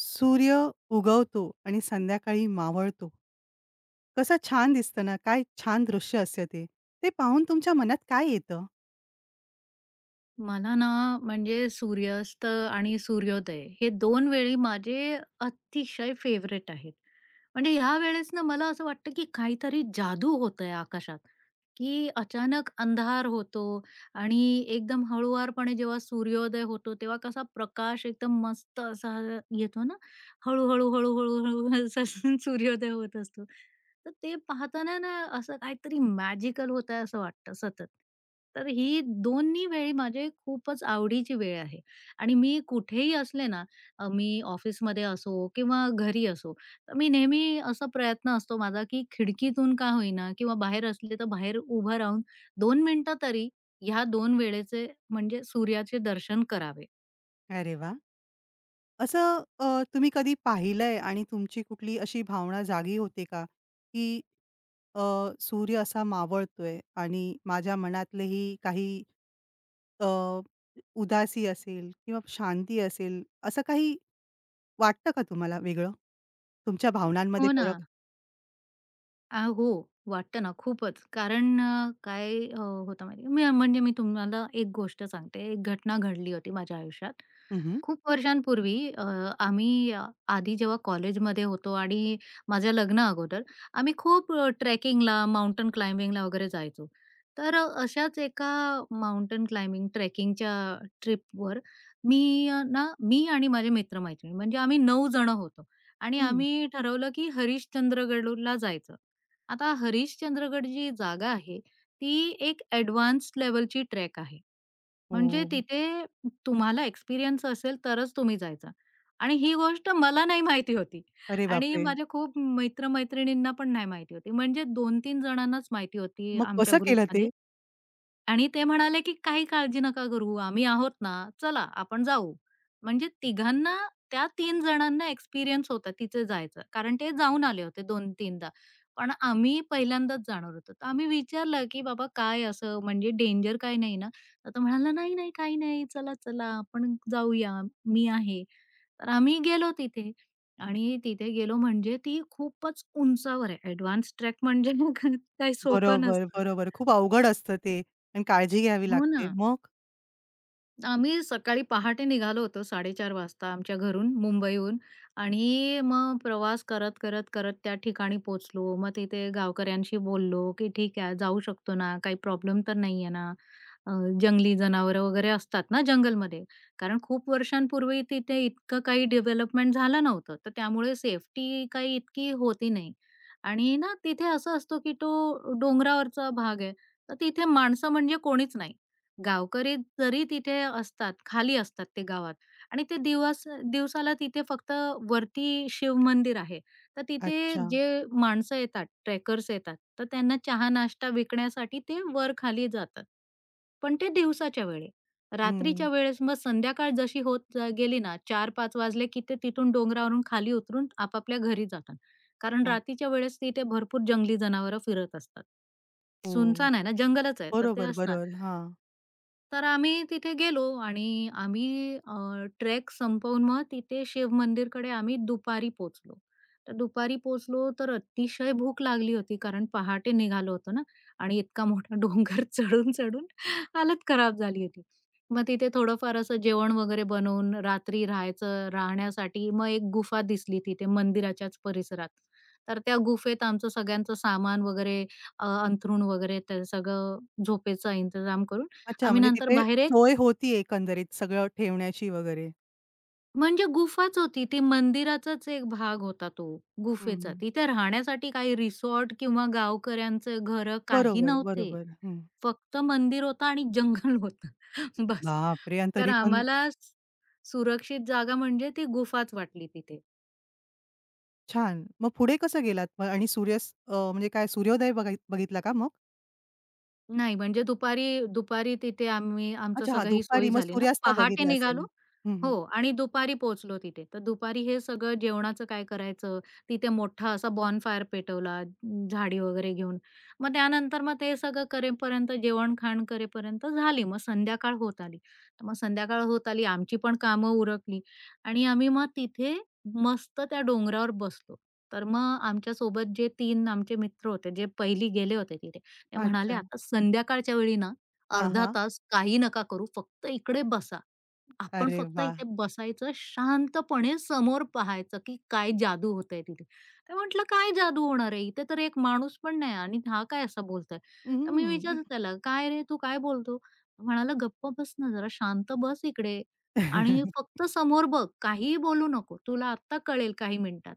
सूर्य उगवतो आणि संध्याकाळी मावळतो. कसं छान दिसतं ना, काय छान दृश्य असतं ते. ते पाहून तुमच्या मनात काय येतं? मला ना म्हणजे सूर्यास्त आणि सूर्योदय हे दोन वेळी माझे अतिशय फेवरेट आहेत. म्हणजे ह्या वेळेस ना मला असं वाटतं, की काहीतरी जादू होतंय आकाशात, की अचानक अंधार होतो आणि एकदम हळुवारपणे जेव्हा सूर्योदय होतो, तेव्हा कसा प्रकाश एकदम मस्त असा येतो ना, हळू-हळू, हळू-हळू, हळू हळू असं सूर्योदय होत असतो. तर ते पाहताना ना असं काहीतरी मॅजिकल होतंय असं वाटतं सतत. तर ही दोन्ही वेळी माझी खूपच आवडीची वेळ आहे आणि मी कुठेही असले ना, मी ऑफिसमध्ये असो किंवा घरी असो, तर मी नेहमी असा प्रयत्न असतो माझा, की खिडकीतून का होईना किंवा बाहेर असले तर बाहेर उभं राहून 2 मिनिटं तरी ह्या 2 वेळेचे म्हणजे सूर्याचे दर्शन करावे. अरे वाह! असं तुम्ही कधी पाहिलंय आणि तुमची कुठली अशी भावना जागी होते का? की अ, सूर्य असा मावळतोय आणि माझ्या मनातलेही काही अ, उदासी असेल किंवा शांती असेल, असं काही वाटतं का तुम्हाला वेगळं? तुमच्या भावनांमध्ये हो ना. फरक? हो. वाटतं ना खूपच. कारण काय होतं माहिती आहे म्हणजे मी तुम्हाला एक गोष्ट सांगते. एक घटना घडली होती माझ्या आयुष्यात. हं, हं. खूप वर्षांपूर्वी आम्ही आधी जेव्हा कॉलेजमध्ये होतो आणि माझ्या लग्ना अगोदर आम्ही खूप ट्रेकिंगला, माउंटन क्लाइम्बिंगला वगैरे जायचो. तर अशाच एका माउंटन क्लाइम्बिंग ट्रेकिंगच्या ट्रिपवर मी अ, ना मी आणि माझे मित्र म्हणजे आम्ही 9 जण होतो आणि हं. आम्ही ठरवलं की हरिश्चंद्रगडला जायचं. आता हरिश्चंद्रगड जी जागा आहे, ती एक एडव्हान्स लेव्हलची ट्रेक आहे. म्हणजे हो. तिथे तुम्हाला एक्सपिरियन्स असेल तरच तुम्ही जायचा आणि ही गोष्ट मला नाही माहिती होती अरे आणि बापरे! माझ्या खूप मित्र-मैत्रिणींना पण नाही माहिती होती. म्हणजे 2-3 जणांनाच माहिती होती मग आमच्या कसं केलं ते? ग्रुपमध्ये आणि ते म्हणाले, की "काही काळजी नका करू, आम्ही आहोत ना, चला आपण जाऊ." म्हणजे तिघांना त्या तीन जणांना एक्सपिरियन्स होता तिथे जायचा. कारण ते जाऊन आले होते 2-3दा. पण आम्ही पहिल्यांदाच जाणार होतो. तर आम्ही विचारलं, की "बाबा काय असं म्हणजे डेंजर काय नाही ना?" तर तो म्हणाला, "नाही, नाही, काही नाही. चला, आपण जाऊया. मी आहे." तर आम्ही गेलो तिथे आणि तिथे गेलो म्हणजे ती खूपच उंचावर आहे. एडवान्स ट्रॅक म्हणजे काही सोपं बरोबर, नसतं. बरोबर. खूप अवघड असतं ते आणि काळजी घ्यावी हो ना. लागते. मग? आम्ही सकाळी पहाटे निघालो होतो 4:30 वाजता आमच्या घरून मुंबईहून आणि मग प्रवास करत त्या ठिकाणी पोहोचलो. मग तिथे गावकऱ्यांशी बोललो, की "ठीक आहे, जाऊ शकतो ना? काही प्रॉब्लेम तर नाही आहे ना? अ, जंगली जनावरं वगैरे असतात ना जंगलमध्ये." कारण खूप वर्षांपूर्वी तिथे इतकं काही डेव्हलपमेंट झालं नव्हतं. तर त्यामुळे सेफ्टी काही इतकी होती नाही. आणि ना तिथे असं असतो, की तो डोंगरावरचा भाग आहे. तर तिथे माणसं म्हणजे कोणीच नाही. गावकरी जरी तिथे असतात, खाली असतात ते गावात आणि ते दिवस दिवसाला तिथे फक्त वरती शिवमंदिर आहे. तर तिथे अच्छा. जे माणसं येतात, ट्रेकर्स येतात, तर त्यांना चहा-नाश्ता विकण्यासाठी ते वर-खाली जातात. पण ते दिवसाच्या वेळी. हं. रात्रीच्या वेळेस मग संध्याकाळ जशी होत गेली ना 4-5 वाजले, की ते तिथून डोंगरावरून खाली उतरून आपापल्या घरी जातात. कारण हो, रात्रीच्या वेळेस तिथे भरपूर जंगली जनावरं फिरत असतात. हो. सुनसान आहे ना, जंगलच आहे, तर ते बरोबर, असणार. बरोबर. हां. तर आम्ही तिथे गेलो आणि आम्ही ट्रेक संपवून मग तिथे शिव मंदिरकडे आम्ही दुपारी पोचलो. तर दुपारी पोचलो तर अतिशय भूक लागली होती कारण पहाटे निघालो होतो ना आणि इतका मोठा डोंगर चढून-चढून हालत खराब झाली होती. मग तिथे थोडंफार असं जेवण वगैरे बनवून रात्री राहायचं राहण्यासाठी मग एक गुफा दिसली तिथे मंदिराच्याच परिसरात. तर त्या गुफेत आमचं सगळ्यांचं सामान वगैरे अंथरूण वगैरे ते सगळं झोपेचा इंतजाम करून अच्छा, आम्ही म्हणजे नंतर तिथे बाहेर एक सोय होती एकंदरीत सगळं ठेवण्याची वगैरे. म्हणजे गुफाच होती ती मंदिराचाच एक भाग होता तो हं, गुफेचा. हं. तिथे राहण्यासाठी काही रिसॉर्ट किंवा गावकऱ्यांचे घर काही बरोबर, नव्हते. बरोबर. हं. फक्त मंदिर होतं आणि जंगल होतं बस. बापरे! आणि तर तरी पण आम्हाला सुरक्षित जागा म्हणजे ती गुफाच वाटली तिथे. छान. मग पुढे कसं गेलात मग आणि सूर्यास्त म्हणजे काय सूर्योदय बघितला का मग? नाही म्हणजे दुपारी दुपारी तिथे आम्ही आमचं अच्छा हां, सगळं ही सोय दुपारी मग झाली ना. सूर्यास्त पहाटे बघितला असेल. निघालो हं, हो हं. आणि दुपारी पोहोचलो तिथे. तर दुपारी हे सगळं जेवणाचं काय करायचं, तिथे मोठा असा बॉनफायर पेटवला, झाडी वगैरे घेऊन. मग त्यानंतर मग ते सगळं करेपर्यंत, जेवण-खाण करेपर्यंत झाली. मग संध्याकाळ होत आली. तर मग संध्याकाळ होत आली, आमची पण कामं उरकली आणि आम्ही मग तिथे मस्त त्या डोंगरावर बसलो. तर मग आमच्यासोबत जे 3 आमचे मित्र होते, जे पहिली गेले होते तिथे, ते म्हणाले, अच्छा. "आता संध्याकाळच्या वेळी ना, हां, अर्धा हां. तास काही नका करू, फक्त इकडे बसा." आपण अरे फक्त वाह! इथे बसायचं, शांतपणे समोर पाहायचं, की काय जादू होतंय तिथे. तर म्हटलं, "काय जादू होणार आहे? इथे तर एक माणूस पण नाही आणि हा काय असा बोलतोय?" तर मी हं. विचारलं त्याला, "काय रे, तू काय बोलतो?" म्हणाला, "गप्प बस ना जरा, शांत बस इकडे आणि फक्त समोर बघ, काहीही बोलू नको. तुला आत्ता कळेल काही मिनिटात."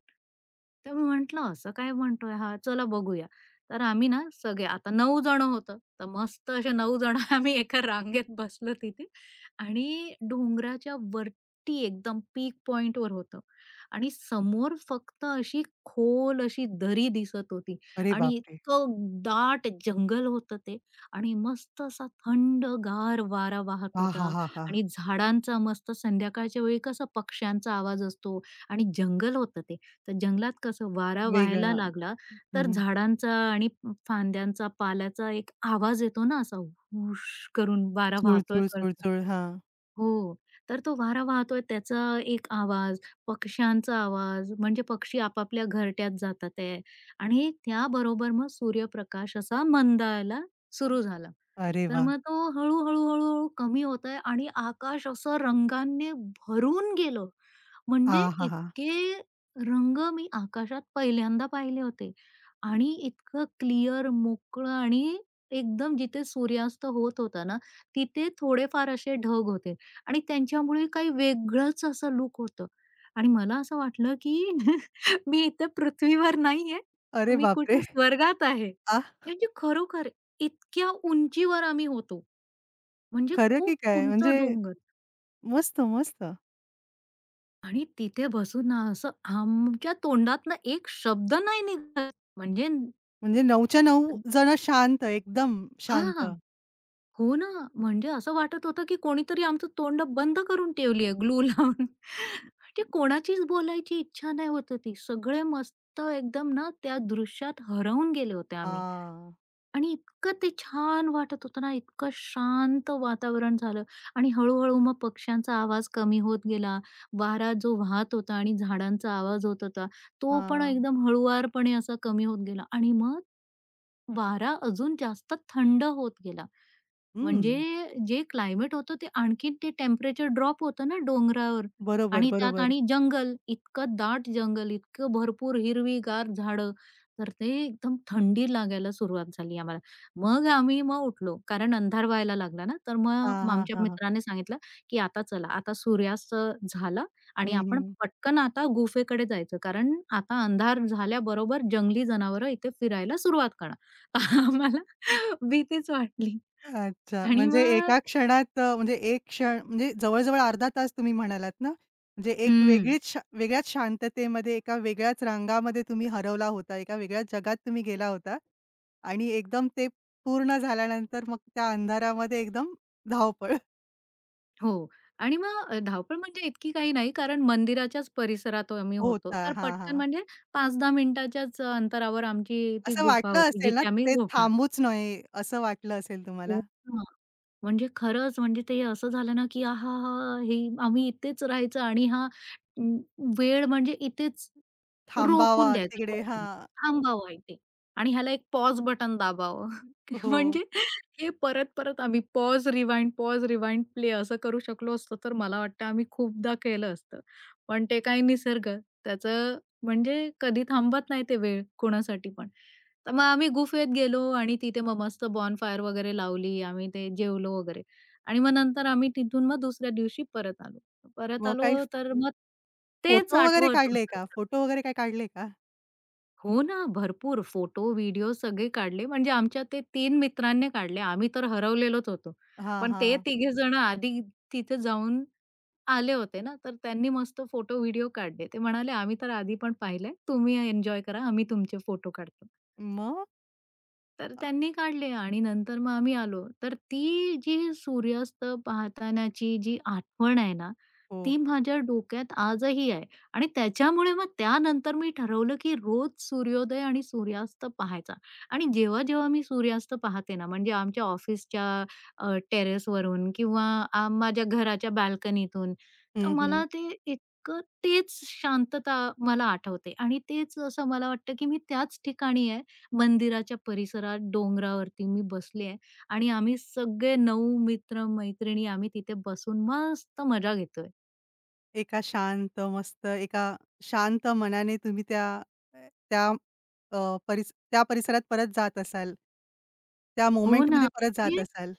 तर मी म्हटलं, "असं काय म्हणतोय हा? चला बघूया." तर आम्ही ना सगळे आता 9 जण होतो. तर मस्त असे 9 जण आम्ही एका रांगेत बसलो तिथे आणि डोंगराच्या वरती एकदम पीक पॉइंट वर होतं आणि समोर फक्त अशी खोल अशी दरी दिसत होती अरे आणि बापरे! इतकं दाट जंगल होतं ते आणि मस्त असा थंडगार वारा वाहत हां, होता हां, हां, हां. आणि झाडांचा मस्त संध्याकाळच्या वेळी कसं पक्ष्यांचा आवाज असतो आणि जंगल होतं ते तर जंगलात कसं वारा व्हायला वेगळा लागला तर हं, झाडांचा आणि फांद्यांचा पाल्याचा एक आवाज येतो ना असा हुश करून वारा वाहतोय चुळचुळ, चुळचुळ. हां. हो. तर तो वारा वाहतोय त्याचा एक आवाज, पक्ष्यांचा आवाज, म्हणजे पक्षी आपापल्या घरट्यात जातात आहे आणि त्याबरोबर मग सूर्यप्रकाश असा मंदायला सुरू झाला. अरे तर वाह! मग तो हळू, हळू, हळू, कमी होत आहे आणि आकाश असं रंगांनी भरून गेलं. म्हणजे आहाहा! इतके रंग मी आकाशात पहिल्यांदा पाहिले होते आणि इतकं क्लिअर, मोकळं आणि एकदम जिथे सूर्यास्त होत होता ना, तिथे थोडेफार असे ढग होते आणि त्यांच्यामुळे काही वेगळंच असं लूक होतं आणि मला असं वाटलं, की मी इथे पृथ्वीवर नाहीये, अरे मी बापरे! कुठे स्वर्गात आहे. आह! म्हणजे खरोखर इतक्या उंचीवर आम्ही होतो. म्हणजे खरं की खूप काय? उंच म्हणजे डोंगर. मस्त, मस्त. आणि तिथे बसून ना असं आमच्या तोंडातनं एक शब्द नाही निघाला. म्हणजे म्हणजे 9च्या 9 जण शांत, एकदम शांत. हां. हो ना. म्हणजे असं वाटत होतं, की कोणीतरी आमचं तोंड बंद करून ठेवली आहे ग्लू लावून. म्हणजे कोणाचीच बोलायची इच्छा नाही होत होती. सगळे मस्त एकदम ना त्या दृश्यात हरवून गेले होते आम्ही. हां, आणि इतकं ते छान वाटत होतं ना, इतकं शांत वातावरण झालं आणि हळू-हळू मग पक्ष्यांचा आवाज कमी होत गेला. वारा जो वाहत होता आणि झाडांचा आवाज होत होता, तो पण हां. एकदम हळुवारपणे असा कमी होत गेला आणि मग वारा अजून जास्त थंड होत गेला. हं. म्हणजे जे क्लायमेट होतं ते आणखीन ते टेम्परेचर ड्रॉप होतं ना डोंगरावर बरोबर, आणि त्यात बरोबर. आणि जंगल, इतकं दाट जंगल, इतकं भरपूर हिरवीगार झाडं, तर ते एकदम थंडी लागायला सुरुवात झाली आम्हाला. मग आम्ही मग उठलो, कारण अंधार व्हायला लागला ना, तर हां, मग हां, आमच्या हां, हां. मित्राने सांगितलं, की "आता चला, आता सूर्यास्त झाला आणि हं, आपण हं. पटकन आता गुफेकडे जायचं, कारण आता अंधार झाल्याबरोबर जंगली जनावरं इथे फिरायला सुरुवात करणार." आम्हाला भीतीच वाटली. अच्छा. आणि म्हणजे मग एका क्षणात म्हणजे एक क्षण म्हणजे जवळ-जवळ अर्धा तास तुम्ही म्हणालात ना? म्हणजे एक हं, वेगळीच वेगळ्याच शांततेमध्ये, एका वेगळ्याच रंगामध्ये तुम्ही हरवला होता, एका वेगळ्याच जगात तुम्ही गेला होता आणि एकदम ते पूर्ण झाल्यानंतर मग त्या अंधारामध्ये एकदम धावपळ हो. आणि मग धावपळ म्हणजे इतकी काही नाही, कारण मंदिराच्याच परिसरात आम्ही होतो. होता. तर हां, हां. पटकन म्हणजे 5-10 मिनिटाच्याच अंतरावर आमची ती असं गुफा वाटलं होती, असेल ना, जिथे आम्ही ते झोपणार. थांबूच नये असं वाटलं असेल तुम्हाला? हां, म्हणजे खरंच म्हणजे ते असं झालं ना, की आहाहा! हे आम्ही इथेच राहायचं आणि हा अं, वेळ म्हणजे इथेच थांबावा रोखून द्यायचं तिकडे कोणीतरी. हां. थांबावं इथे आणि ह्याला एक पॉज बटन दाबावं. हो. म्हणजे हे परत-परत आम्ही pause, rewind, pause, rewind, play असं करू शकलो असतो, तर मला वाटतं आम्ही खूपदा केलं असतं. पण ते काय निसर्ग त्याचं म्हणजे कधी थांबत नाही ते वेळ कोणासाठी पण. तर मग आम्ही गुफेत गेलो आणि तिथे मग मस्त बॉनफायर वगैरे लावली. आम्ही ते जेवलो वगैरे आणि मग नंतर आम्ही तिथून मग दुसऱ्या दिवशी परत आलो. परत मग आलो काही तर मग तेच फोटो वगैरे आठवत होतं. काढले का? फोटो वगैरे काही काढले का? हो ना, भरपूर फोटो, व्हिडिओ सगळे काढले. म्हणजे आमच्या ते तीन मित्रांनी काढले. आम्ही तर हरवलेलोच होतो. हां, पण ते हां. तिघे जण आधी तिथे जाऊन आले होते ना, तर त्यांनी मस्त फोटो, व्हिडिओ काढले. ते म्हणाले, "आम्ही तर आधी पण पाहिलंय. तुम्ही एन्जॉय करा. आम्ही तुमचे फोटो काढतो." मग? तर त्यांनी काढले आणि नंतर मग आम्ही आलो. तर ती जी सूर्यास्त पाहतानाची जी आठवण आहे ना, हो. ती माझ्या डोक्यात आजही आहे आणि त्याच्यामुळे मग त्यानंतर मी ठरवलं, की रोज सूर्योदय आणि सूर्यास्त पाहायचा आणि जेव्हा-जेव्हा मी सूर्यास्त पाहते ना, म्हणजे आमच्या ऑफिसच्या टेरेसवरून किंवा माझ्या घराच्या बाल्कनीतून, तर हं, हं. मला ते इतकं तेच शांतता मला आठवते आणि तेच असं मला वाटतं, की मी त्याच ठिकाणी आहे. मंदिराच्या परिसरात डोंगरावरती मी बसली आहे आणि आम्ही सगळे 9 मित्र-मैत्रिणी आम्ही तिथे बसून मस्त मजा घेतोय. एका शांत मस्त, एका शांत मनाने तुम्ही त्या त्या त्या परिसरात परत जात असाल. त्या हो मोमेंटमध्ये ना. परत जात ते असाल.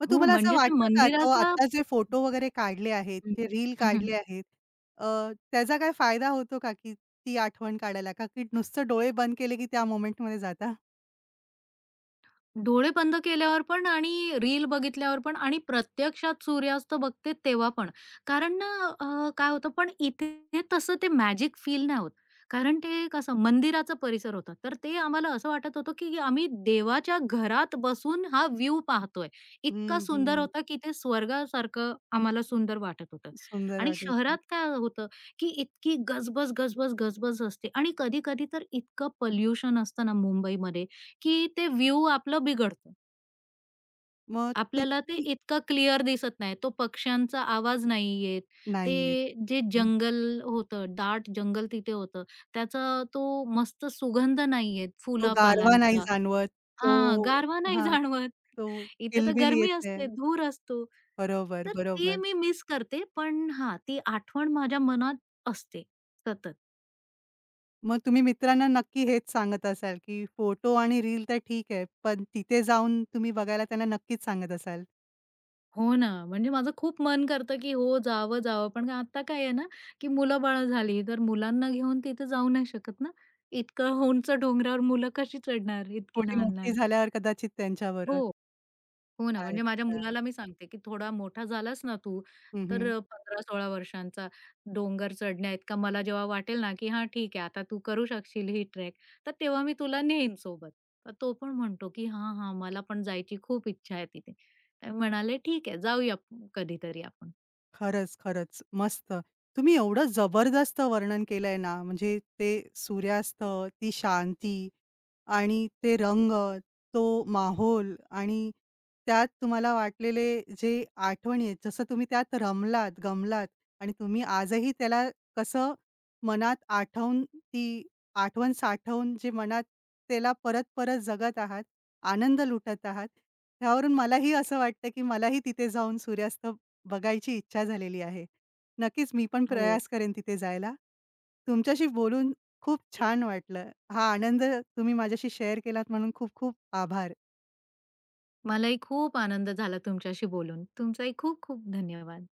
मग हो, तुम्हाला असं म्हणजे ते वाटतं का, तो मंदिराचा आत्ता जे फोटो वगैरे काढले आहेत, हं. ते रील काढले आहेत, अ, त्याचा काय फायदा होतो का की ती आठवण काढायला? का की नुसतं डोळे बंद केले की त्या मोमेंटमध्ये जाता? डोळे बंद केल्यावर पण आणि रील बघितल्यावर पण आणि प्रत्यक्षात सूर्यास्त बघते तेव्हा पण. कारण ना काय होतं पण इथे तसं ते मॅजिक फील नाही होत. कारण ते कसं मंदिराचा परिसर होता. तर ते आम्हाला असं वाटत होतं, की आम्ही देवाच्या घरात बसून हा व्ह्यू पाहतोय. इतका हं, सुंदर हं. होता, की ते स्वर्गासारखं आम्हाला सुंदर वाटत होतं. सुंदर आणि वाटत होतं. शहरात काय होतं, की इतकी गजबज, असते आणि कधी-कधी तर इतकं पोल्युशन असतं ना मुंबईमध्ये. की ते व्ह्यू आपलं बिघडतं. मग आपल्याला ते तुम्ही इतकं क्लिअर दिसत नाही. तो पक्ष्यांचा आवाज नाही येत. नाहीयेत. ते जे जंगल होतं, दाट जंगल तिथे होतं. त्याचा तो मस्त सुगंध नाही येत तो गारवा नाही फुलापालांचा. जाणवत. तो हां, गारवा नाही हां, जाणवत. तो इथे तर किलबिल गरमी येते. असते, धूर असतो. बरोबर, तर ते बरोबर. मी मिस करते. पण हां, ती आठवण माझ्या मनात असते सतत. मग तुम्ही मित्रांना नक्की हेच सांगत असाल, की फोटो आणि रील तर ठीक आहे, पण तिथे जाऊन तुम्ही बघायला त्यांना नक्कीच सांगत असाल. हो ना, म्हणजे माझं खूप मन करतं, की हो, जावं, जावं. पण आता काय आहे ना, की मुलं-बाळं झाली, तर मुलांना घेऊन तिथे जाऊ नाही शकत ना. इतकं उंच डोंगरावर मुलं कशी चढणार, इतकी थोडी मोठी लहान-लहान. झाल्यावर कदाचित त्यांच्याबरोबर. हो, हो ना, म्हणजे माझ्या अच्छा. मुलाला मी सांगते, की "थोडा मोठा झालास ना तू, हं, तर हं. 15-16 वर्षांचा डोंगर चढण्याइतका मला जेव्हा वाटेल ना, की हां, ठीक आहे, आता तू करू शकशील ही ट्रेक, तर तेव्हा मी तुला नेईन सोबत." तर तो पण म्हणतो, की "हां, हां, मला पण जायची खूप इच्छा आहे तिथे." तर म्हणाले, "ठीक आहे, जाऊया आपण कधीतरी आपण." खरंच, खरंच. मस्त. तुम्ही एवढं जबरदस्त वर्णन केलंय ना, म्हणजे ते सूर्यास्त, ती शांती आणि ते रंग, तो माहोल आणि त्यात तुम्हाला वाटलेले जे आठवणी आहेत, जसं तुम्ही त्यात रमलात, गमलात आणि तुम्ही आजही त्याला कसं मनात आठवून, ती आठवण साठवून जे मनात त्याला परत-परत जगत आहात, आनंद लुटत आहात. त्यावरून मलाही असं वाटतं, की मलाही तिथे जाऊन सूर्यास्त बघायची इच्छा झालेली आहे. नक्कीच मी पण हो, प्रयास करेन तिथे जायला. तुमच्याशी बोलून खूप छान वाटलं. हा आनंद तुम्ही माझ्याशी शेअर केलात म्हणून खूप खूप आभार. मलाही खूप आनंद झाला तुमच्याशी बोलून. तुमचाही खूप खूप धन्यवाद.